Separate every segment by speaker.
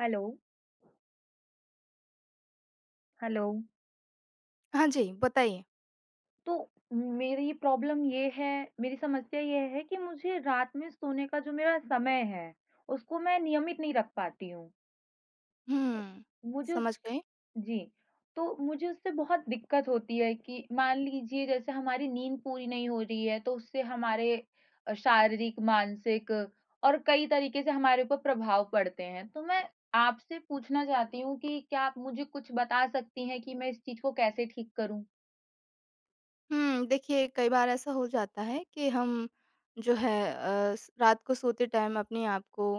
Speaker 1: Hello, hello.
Speaker 2: हाँ जी, बताइए।
Speaker 1: तो मेरी समस्या ये है कि मुझे रात में सोने का जो मेरा समय है, उसको मैं नियमित नहीं रख पाती हूँ।
Speaker 2: हुँ,
Speaker 1: मुझे उस
Speaker 2: समझ गई।
Speaker 1: जी। तो मुझे उससे बहुत दिक्कत होती है कि मान लीजिए जैसे हमारी नींद पूरी नहीं हो रही है, तो उससे हमारे शारीरिक, मानसिक और कई तरीके से हमारे ऊपर प्रभाव पड़ते हैं। तो मैं आपसे पूछना चाहती हूँ कि क्या आप मुझे कुछ बता सकती हैं कि मैं इस चीज़ को कैसे ठीक करूँ?
Speaker 2: देखिए कई बार ऐसा हो जाता है कि हम जो है अ, स रात को सोते टाइम अपने आप को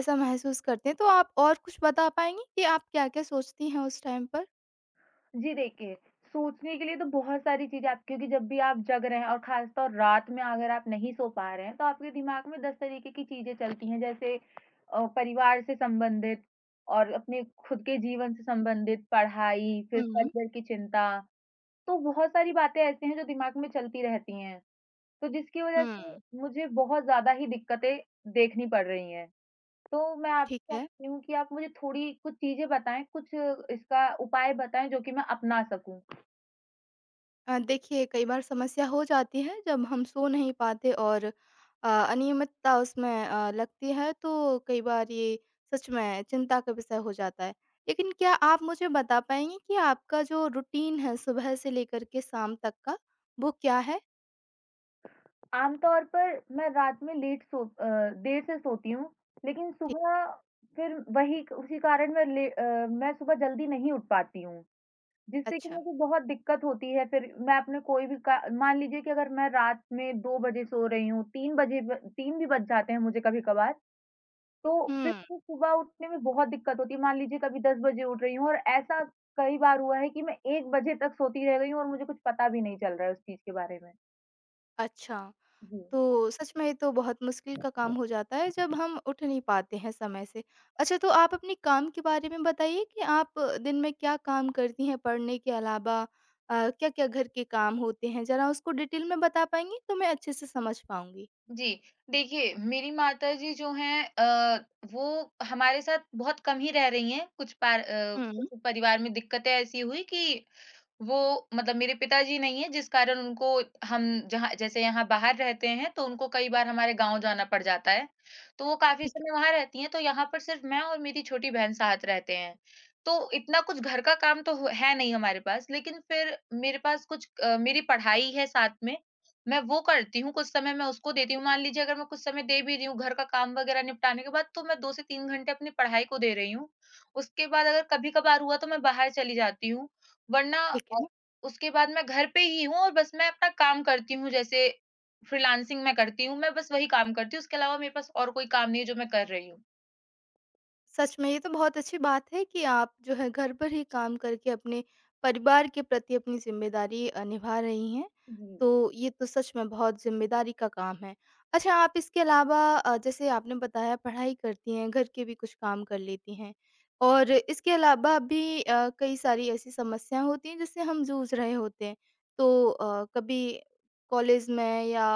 Speaker 2: ऐसा महसूस करते हैं, तो आप और कुछ बता पाएँगी कि आप क्या-क्या सोचती हैं उस टाइम पर?
Speaker 1: जी, देखिए, सोचने के लिए तो बहुत सारी चीज़ें आप क्योंकि जब भी आप जग रहे हैं और ख़ासतौर रात में अगर आप नहीं सो पा रहे हैं, तो आपके दिमाग में 10 तरीके की चीज़ें चलती हैं, जैसे परिवार से संबंधित और अपने खुद के जीवन से संबंधित, पढ़ाई, फिर
Speaker 2: हुँ,
Speaker 1: करियर की चिंता, तो बहुत सारी बातें ऐसी हैं जो दिमाग में चलती रहती हैं। तो जिसकी वज़ह
Speaker 2: हुँ,
Speaker 1: से मुझे बहुत ज़्यादा ही दिक्कतें देखनी पड़ रही हैं। तो मैं आपसे
Speaker 2: ठीक है।
Speaker 1: चाहती हूँ कि आप मुझे थोड़ी कुछ चीज़ें बताएँ, कुछ इसका उपाय बताएँ जो कि मैं अपना सकूँ।
Speaker 2: देखिए कई बार समस्या हो जाती है जब हम सो नहीं पाते और अनियमितता उसमें लगती है तो कई बार ये सच में चिंता का विषय हो जाता है। लेकिन क्या आप मुझे बता पाएँगी कि आपका जो रूटीन है सुबह से लेकर के शाम तक का, वो क्या है?
Speaker 1: आमतौर पर मैं रात में देर से सोती हूँ, लेकिन
Speaker 2: ठीक।
Speaker 1: सुबह फिर वही उसी कारण मैं सुबह जल्दी नहीं उठ पाती हूँ, जिससे कि
Speaker 2: अच्छा।
Speaker 1: मुझे बहुत दिक्कत होती है। फिर मैं अपने कोई भी का मान लीजिए कि अगर मैं रात में 2 बजे सो रही हूँ, 3 बजे ब 3 भी बज जाते हैं मुझे कभी-कभार। तो फिर
Speaker 2: हुँ,
Speaker 1: मुझे सुबह उठने में बहुत दिक्कत होती है। मान लीजिए कभी 10 बजे उठ रही हूँ और ऐसा कई बार हुआ है कि मैं 1 बजे तक सोती रह गई हूँ और मुझे कुछ पता भी नहीं चल रहा है उस चीज़ के बारे में।
Speaker 2: अच्छा।
Speaker 1: जी।
Speaker 2: तो सच में ये तो बहुत मुश्किल का काम हो जाता है जब हम उठ नहीं पाते हैं समय से। अच्छा, तो आप अपने काम के बारे में बताइए कि आप दिन में क्या काम करती हैं पढ़ने के अलावा? क्या-क्या घर के काम होते हैं? ज़रा उसको डिटेल में बता पाएँगी? तो मैं अच्छे से समझ पाऊँगी।
Speaker 1: जी, देखिए मेरी माताजी जो हैं वो हमारे साथ बहुत कम ही रह रही हैं,
Speaker 2: हुँ।
Speaker 1: कुछ परिवार में दिक्कतें ऐसी हुई कि वो मतलब मेरे पिताजी नहीं है, जिस कारण उनको हम जहाँ जैसे यहाँ बाहर रहते हैं तो उनको कई बार हमारे गाँव जाना पड़ जाता है। तो वो काफ़ी
Speaker 2: ठीक है,
Speaker 1: समय वहाँ रहती हैं, तो यहाँ पर सिर्फ़ मैं और मेरी छोटी बहन साथ रहते हैं। तो इतना कुछ घर का काम तो हो है नहीं हमारे पास, लेकिन फ़िर मेरे पास कुछ मेरी पढ़ाई है साथ में, मैं वो करती हूँ, कुछ समय मैं उसको देती हूँ। मान लीजिए अगर मैं कुछ समय दे भी रही हूँ घर का काम वग़ैरह निपटाने के बाद, तो मैं 2 से 3 घंटे अपनी पढ़ाई को दे रही हूँ। उसके बाद अगर कभी-कभार हुआ तो मैं बाहर चली जाती हूँ। वरना
Speaker 2: ठीक
Speaker 1: अ,
Speaker 2: है।
Speaker 1: उसके बाद मैं घर पे ही हूँ और बस मैं अपना काम करती हूँ, जैसे फ्रीलांसिंग मैं करती हूँ, मैं बस वही काम करती हूँ, उसके अलावा मेरे पास और कोई काम नहीं है जो मैं कर रही हूँ।
Speaker 2: सच में ये तो बहुत अच्छी बात है कि आप जो है घर पर ही काम करके अपने परिवार के प्रति अपनी ज़िम्मेदारी निभा रही हैं।
Speaker 1: जी।
Speaker 2: तो ये तो सच में बहुत ज़िम्मेदारी का काम है। अच्छा, आप इसके अलावा जैसे आपने बताया पढ़ाई करती हैं, घर के भी कुछ काम कर लेती हैं और इसके अलावा भी कई सारी ऐसी समस्याएँ होती हैं जिससे हम जूझ रहे होते हैं। तो कभी कॉलेज में या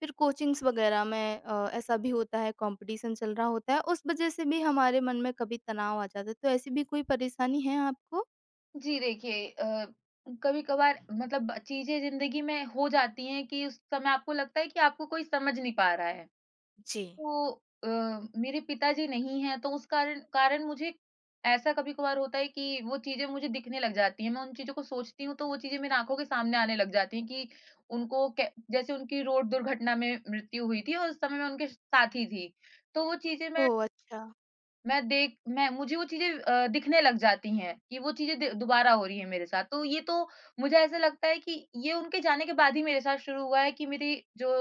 Speaker 2: फिर कोचिंग्स वगैरह में ऐसा भी होता है कंपटीशन चल रहा होता है, उस वज़ह से भी हमारे मन में कभी तनाव आ जाता है, तो ऐसी भी कोई परेशानी है आपको?
Speaker 1: जी, देखिए कभी-कभार मतलब चीज़ें ज़िंदगी में हो जाती हैं कि उस समय आपको लगता है कि आपको कोई समझ नहीं पा रहा है।
Speaker 2: जी।
Speaker 1: तो अ, मेरे पिताजी नहीं हैं, तो उस कारण कारण मुझे ऐसा कभी-कभार होता है कि वो चीज़ें मुझे दिखने लग जाती हैं। मैं उन चीज़ों को सोचती हूँ तो वो चीज़ें मेरी आँखों के सामने आने लग जाती हैं कि उनको कै जैसे उनकी रोड दुर्घटना में मृत्यु हुई थी और उस समय मैं उनके साथी थी। तो वो चीज़ें मैं।
Speaker 2: ओह! अच्छा,
Speaker 1: मैं देख मैं मुझे वो चीज़ें दिखने लग जाती हैं कि वो चीज़ें द दोबारा हो रही हैं मेरे साथ। तो ये तो मुझे ऐसा लगता है कि ये उनके जाने के बाद ही मेरे साथ शुरू हुआ है कि मेरी जो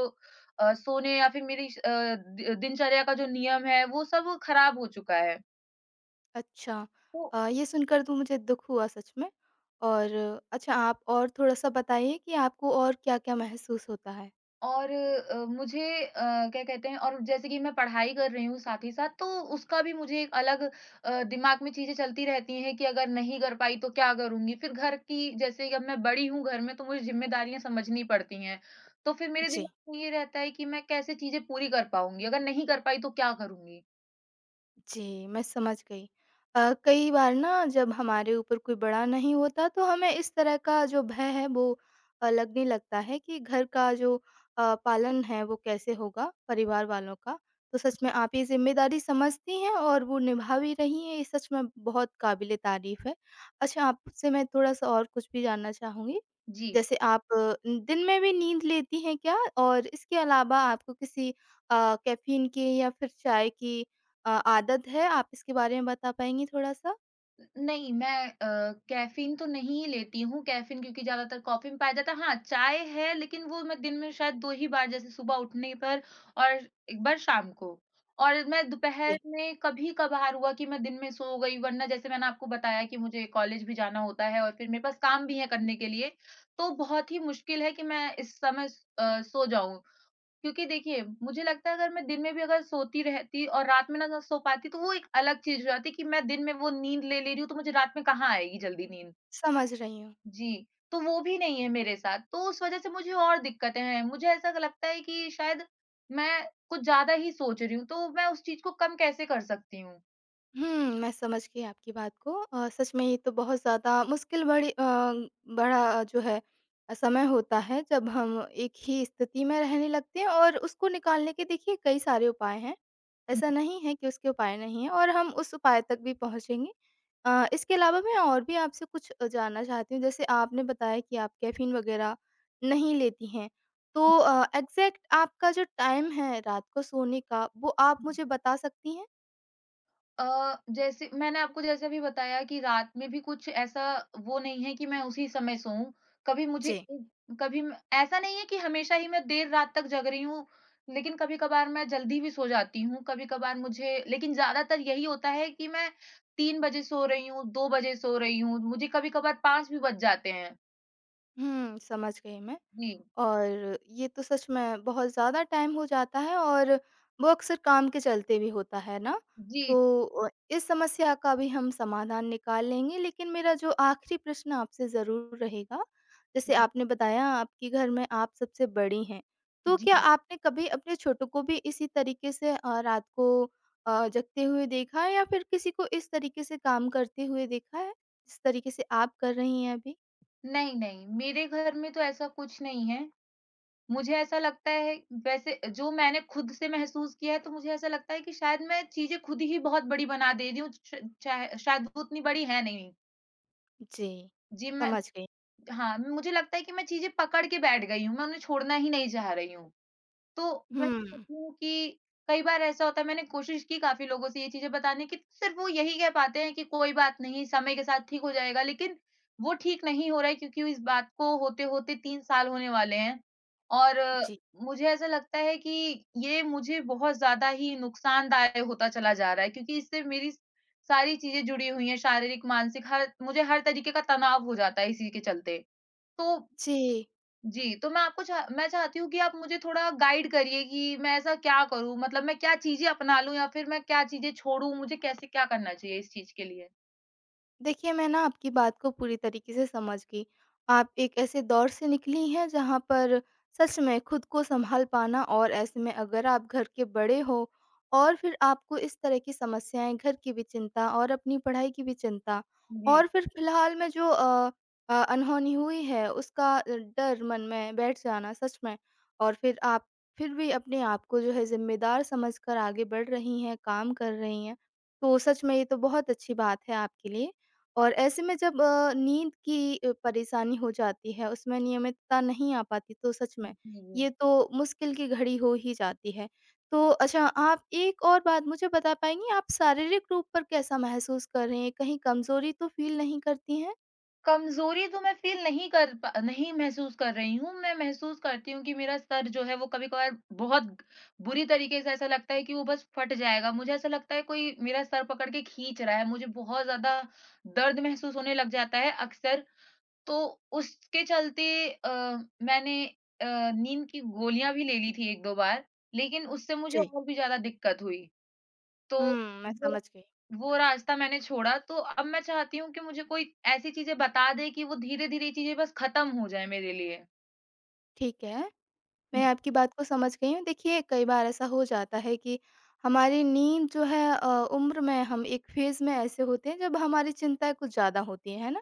Speaker 1: सोने या फिर मेरी श अ, दि दिनचर्या का जो नियम है, वो सब खराब हो चुका है।
Speaker 2: अच्छा।
Speaker 1: तो
Speaker 2: ये सुनकर तो मुझे दुःख हुआ सच में। और अच्छा, आप और थोड़ा-सा बताइए कि आपको और क्या-क्या महसूस होता है?
Speaker 1: और मुझे क्या कहते हैं, और जैसे कि मैं पढ़ाई कर रही हूँ साथ ही साथ, तो उसका भी मुझे एक अलग दिमाग में चीज़ें चलती रहती हैं कि अगर नहीं कर पाई तो क्या करूँगी? फिर घर की जैसे कि अब मैं बड़ी हूँ घर में तो मुझे ज़िम्मेदारियाँ समझनी पड़ती हैं। तो फिर मेरे
Speaker 2: जी।
Speaker 1: दिमाग में ये रहता है कि मैं कैसे चीज़ें पूरी कर पाऊँगी? अगर नहीं कर पाई तो क्या करूँगी?
Speaker 2: जी, मैं समझ गई। कई बार ना जब हमारे ऊपर कोई बड़ा नहीं होता तो हमें इस तरह का जो भय है वो लगने लगता है कि घर का जो पालन है वो कैसे होगा परिवार वालों का। तो सच में आप ये ज़िम्मेदारी समझती हैं और वो निभा भी रही हैं, ये सच में बहुत काबिल-ए-तारीफ़ है। अच्छा, आपसे मैं थोड़ा-सा और कुछ भी जानना चाहूँगी।
Speaker 1: जी।
Speaker 2: जैसे आप दिन में भी नींद लेती हैं क्या? और इसके अलावा आपको किसी कैफ़ीन की या फिर चाय की आदत है? आप इसके बारे में बता पाएँगी थोड़ा-सा?
Speaker 1: नहीं, मैं कैफ़ीन तो नहीं लेती हूँ, कैफ़ीन क्योंकि ज़्यादातर कॉफ़ी में पाया जाता है। हाँ, चाय है, लेकिन वो मैं दिन में शायद 2 ही बार, जैसे सुबह उठने पर और एक बार शाम को। और मैं दोपहर
Speaker 2: जी।
Speaker 1: में कभी-कभार हुआ कि मैं दिन में सो गई, वरना जैसे मैंने आपको बताया कि मुझे कॉलेज भी जाना होता है और फिर मेरे पास काम भी है करने के लिए, तो बहुत ही मुश्किल है कि मैं इस समय सो जाऊँ। क्योंकि देखिए, मुझे लगता है अगर मैं दिन में भी अगर सोती रहती और रात में ना ना सो पाती तो वो एक अलग चीज़ हो जाती कि मैं दिन में वो नींद ले ले रही हूँ तो मुझे रात में कहाँ आएगी जल्दी नींद।
Speaker 2: समझ रही हूँ।
Speaker 1: जी, तो वो भी नहीं है मेरे साथ, तो उस वज़ह से मुझे और दिक्कतें हैं। मुझे ऐसा लगता है कि शायद मैं कुछ ज़्यादा ही सोच रही हूँ, तो मैं उस चीज़ को कम कैसे कर सकती हूँ?
Speaker 2: हुँ, मैं समझ गई आपकी बात को। सच में ये तो बहुत ज़्यादा मुश्किल बड़ा जो है समय होता है जब हम एक ही स्थिति में रहने लगते हैं और उसको निकालने के देखिए कई सारे उपाय हैं। ऐसा नहीं है कि उसके उपाय नहीं हैं और हम उस उपाय तक भी पहुँचेंगे। इसके अलावा मैं और भी आपसे कुछ जानना चाहती हूँ। जैसे आपने बताया कि आप कैफ़ीन वग़ैरह नहीं लेती हैं, तो एग्ज़ैक्ट आपका जो टाइम है रात को सोने का, वो आप मुझे बता सकती हैं?
Speaker 1: जैसे मैंने आपको जैसे अभी बताया कि रात में भी कुछ ऐसा वो नहीं है कि मैं उसी समय सोऊँ। कभी मुझे,
Speaker 2: जी।
Speaker 1: कभी म ऐसा नहीं है कि हमेशा ही मैं देर रात तक जग रही हूँ, लेकिन कभी-कभार मैं जल्दी भी सो जाती हूँ। कभी-कभार मुझे, लेकिन ज़्यादातर यही होता है कि मैं 3 बजे सो रही हूँ, 2 बजे सो रही हूँ, मुझे कभी-कभार 5 भी बज जाते हैं।
Speaker 2: हुँ, समझ गई मैं।
Speaker 1: जी।
Speaker 2: और ये तो सच में बहुत ज़्यादा टाइम हो जाता है और वो अक्सर काम के चलते भी होता है ना?
Speaker 1: जी,
Speaker 2: तो इस समस्या का भी हम समाधान निकाल लेंगे लेकिन मेरा जो आखिरी प्रश्न आपसे ज़रूर रहेगा, जैसे आपने बताया आपके घर में आप सबसे बड़ी हैं, तो
Speaker 1: जी।
Speaker 2: क्या आपने कभी अपने छोटों को भी इसी तरीके से रात को जगते हुए देखा है या फिर किसी को इस तरीके से काम करते हुए देखा है, जिस तरीके से आप कर रही हैं अभी?
Speaker 1: नहीं, नहीं, मेरे घर में तो ऐसा कुछ नहीं है। मुझे ऐसा लगता है, वैसे जो मैंने खुद से महसूस किया है, तो मुझे ऐसा लगता है कि शायद मैं चीज़ें खुद ही बहुत बड़ी बना दे रही हूँ, श चाहे शायद वो उतनी बड़ी है नहीं।
Speaker 2: जी,
Speaker 1: जी, मैं
Speaker 2: समझ गई।
Speaker 1: हाँ, मुझे लगता है कि मैं चीज़ें पकड़ के बैठ गई हूँ, मैं उन्हें छोड़ना ही नहीं चाह रही हूँ। तो मैं
Speaker 2: हुँ,
Speaker 1: कहती हूँ कि कई बार ऐसा होता है, मैंने कोशिश की काफ़ी लोगों से ये चीज़ें बताने की, सिर्फ़ वो यही कह पाते हैं कि कोई बात नहीं, समय के साथ ठीक हो जाएगा, लेकिन वो ठीक नहीं हो रहा है क्योंकि इस बात को होते-होते 3 साल होने वाले हैं। और
Speaker 2: जी।
Speaker 1: मुझे ऐसा लगता है कि ये मुझे बहुत ज़्यादा ही नुकसानदायक होता चला जा रहा है क्योंकि इससे मेरी सारी चीज़ें जुड़ी हुई हैं, शारीरिक, मानसिक, हर मुझे हर तरीके का तनाव हो जाता है इसी के चलते। तो
Speaker 2: जी,
Speaker 1: जी, तो मैं चाहती हूँ कि आप मुझे थोड़ा गाइड करिए कि मैं ऐसा क्या करूँ? मतलब मैं क्या चीज़ें अपना लूँ या फिर मैं क्या चीज़ें छोड़ूँ? मुझे कैसे क्या करना चाहिए इस चीज़ के लिए?
Speaker 2: देखिए, मैं ना आपकी बात को पूरी तरीके से समझ गई। आप एक ऐसे दौर से निकली हैं जहाँ पर सच में खुद को सँभाल पाना, और ऐसे में अगर आप घर के बड़े हो और फिर आपको इस तरह की समस्याएँ, घर की भी चिंता और अपनी पढ़ाई की भी चिंता
Speaker 1: जी।
Speaker 2: और फिर फ़िलहाल में जो अनहोनी हुई है उसका डर मन में बैठ जाना, सच में। और फिर आप फिर भी अपने आप को जो है ज़िम्मेदार समझकर आगे बढ़ रही हैं, काम कर रही हैं। तो सच में ये तो बहुत अच्छी बात है आपके लिए। और ऐसे में जब नींद की परेशानी हो जाती है, उसमें नियमितता नहीं आ पाती तो सच
Speaker 1: जी,
Speaker 2: में
Speaker 1: जी।
Speaker 2: ये तो मुश्किल की घड़ी हो ही जाती है। तो अच्छा, आप एक और बात मुझे बता पाएँगी आप शारीरिक रूप पर कैसा महसूस कर रही हैं? कहीं कमज़ोरी तो फ़ील नहीं करती हैं?
Speaker 1: कमज़ोरी तो मैं फ़ील नहीं कर पा, नहीं महसूस कर रही हूँ। मैं महसूस करती हूँ कि मेरा सर जो है वो कभी-कभार बहुत बुरी तरीके से ऐसा लगता है कि वो बस फट जाएगा। मुझे ऐसा लगता है कोई मेरा सर पकड़ के खींच रहा है। मुझे बहुत ज़्यादा दर्द महसूस होने लग जाता है अक्सर। तो उसके चलते अ, मैंने अ, नींद की गोलियाँ भी ले ली थी 1-2 बार, लेकिन उससे मुझे
Speaker 2: जी।
Speaker 1: और भी ज़्यादा दिक्कत हुई। तो
Speaker 2: हुँ, मैं
Speaker 1: वो
Speaker 2: समझ गई।
Speaker 1: वो रास्ता मैंने छोड़ा, तो अब मैं चाहती हूँ कि मुझे कोई ऐसी चीज़ें बता दे कि वो धीरे-धीरे चीज़ें बस खत्म हो जाएँ मेरे लिए।
Speaker 2: ठीक है। मैं
Speaker 1: जी,
Speaker 2: आपकी बात को समझ गई हूँ। देखिए, कई बार ऐसा हो जाता है कि हमारी नींद जो है उम्र में हम एक फ़ेज़ में ऐसे होते हैं जब हमारी चिंताएँ कुछ ज़्यादा होती हैं, है ना?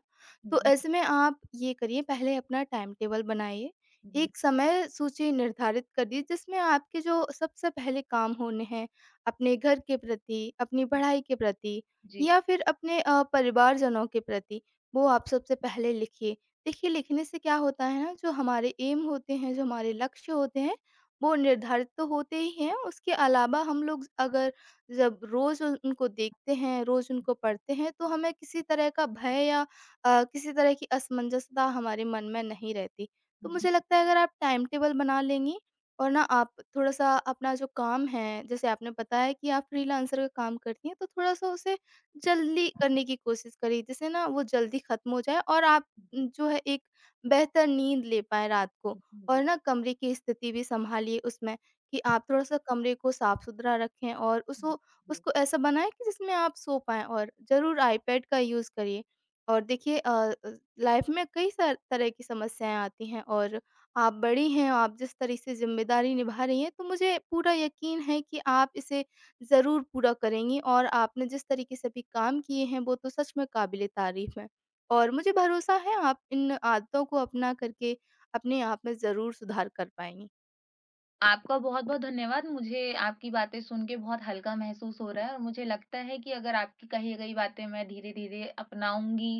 Speaker 2: तो
Speaker 1: जी,
Speaker 2: ऐसे में आप ये करिए पहले अपना टाइम टेबल बनाइए।
Speaker 1: जी, जी,
Speaker 2: एक समय सूची निर्धारित करिए जिसमें आपके जो सबसे पहले काम होने हैं, अपने घर के प्रति, अपनी पढ़ाई के प्रति
Speaker 1: जी,
Speaker 2: या फिर अपने परिवारजनों के प्रति, वो आप सबसे पहले लिखिए। देखिए लिखने से क्या होता है ना जो हमारे एम होते हैं, जो हमारे लक्ष्य होते हैं, वो निर्धारित तो होते ही हैं, उसके अलावा हम लोग अगर जब रोज़ उन उनको देखते हैं, रोज़ उनको पढ़ते हैं, तो हमें किसी तरह का भय या किसी तरह की असमंजसता हमारे मन में नहीं रहती। तो
Speaker 1: जी,
Speaker 2: मुझे लगता है अगर आप टाइम टेबल बना लेंगी और ना आप थोड़ा-सा अपना जो काम है, जैसे आपने बताया कि आप फ्रीलांसर का काम करती हैं, तो थोड़ा-सा उसे जल्दी करने की कोशिश करिए, जिससे ना वो जल्दी खत्म हो जाए और आप जो है एक बेहतर नींद ले पाएँ रात को।
Speaker 1: जी, जी, जी।
Speaker 2: और ना कमरे की स्थिति भी सँभालिए उसमें कि आप थोड़ा-सा कमरे को साफ-सुथरा रखें और उसको
Speaker 1: जी।
Speaker 2: उसको ऐसा बनाएँ कि जिसमें आप सो पाएँ और ज़रूर आईपैड का यूज़ करिए। और देखिए लाइफ़ में कई सार तरह की समस्याएँ आती हैं और आप बड़ी हैं, आप जिस तरह से ज़िम्मेदारी निभा रही हैं, तो मुझे पूरा यकीन है कि आप इसे ज़रूर पूरा करेंगी और आपने जिस तरीके से अभी काम किए हैं, वो तो सच में काबिल-ए-तारीफ़ हैं। और मुझे भरोसा है आप इन आदतों को अपना करके अपने आप में ज़रूर सुधार कर पाएँगी।
Speaker 1: आपका बहुत-बहुत धन्यवाद। मुझे आपकी बातें सुन के बहुत हल्का महसूस हो रहा है और मुझे लगता है कि अगर आपकी कही गई बातें मैं धीरे-धीरे अपनाऊँगी,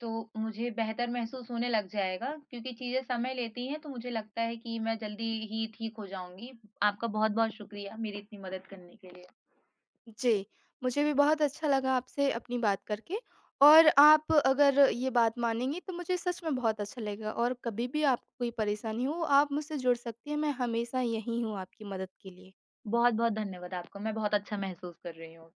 Speaker 1: तो मुझे बेहतर महसूस होने लग जाएगा क्योंकि चीज़ें समय लेती हैं, तो मुझे लगता है कि मैं जल्दी ही ठीक हो जाऊँगी। आपका बहुत-बहुत शुक्रिया मेरी इतनी मदद करने के लिए।
Speaker 2: जी, मुझे भी बहुत अच्छा लगा आपसे अपनी बात करके और आप अगर ये बात मानेंगी तो मुझे सच में बहुत अच्छा लगेगा और कभी भी आपको कोई परेशानी हो आप मुझसे जुड़ सकती हैं, मैं हमेशा यहीं हूँ आपकी मदद के लिए।
Speaker 1: बहुत-बहुत धन्यवाद आपका। मैं बहुत अच्छा महसूस कर रही हूँ।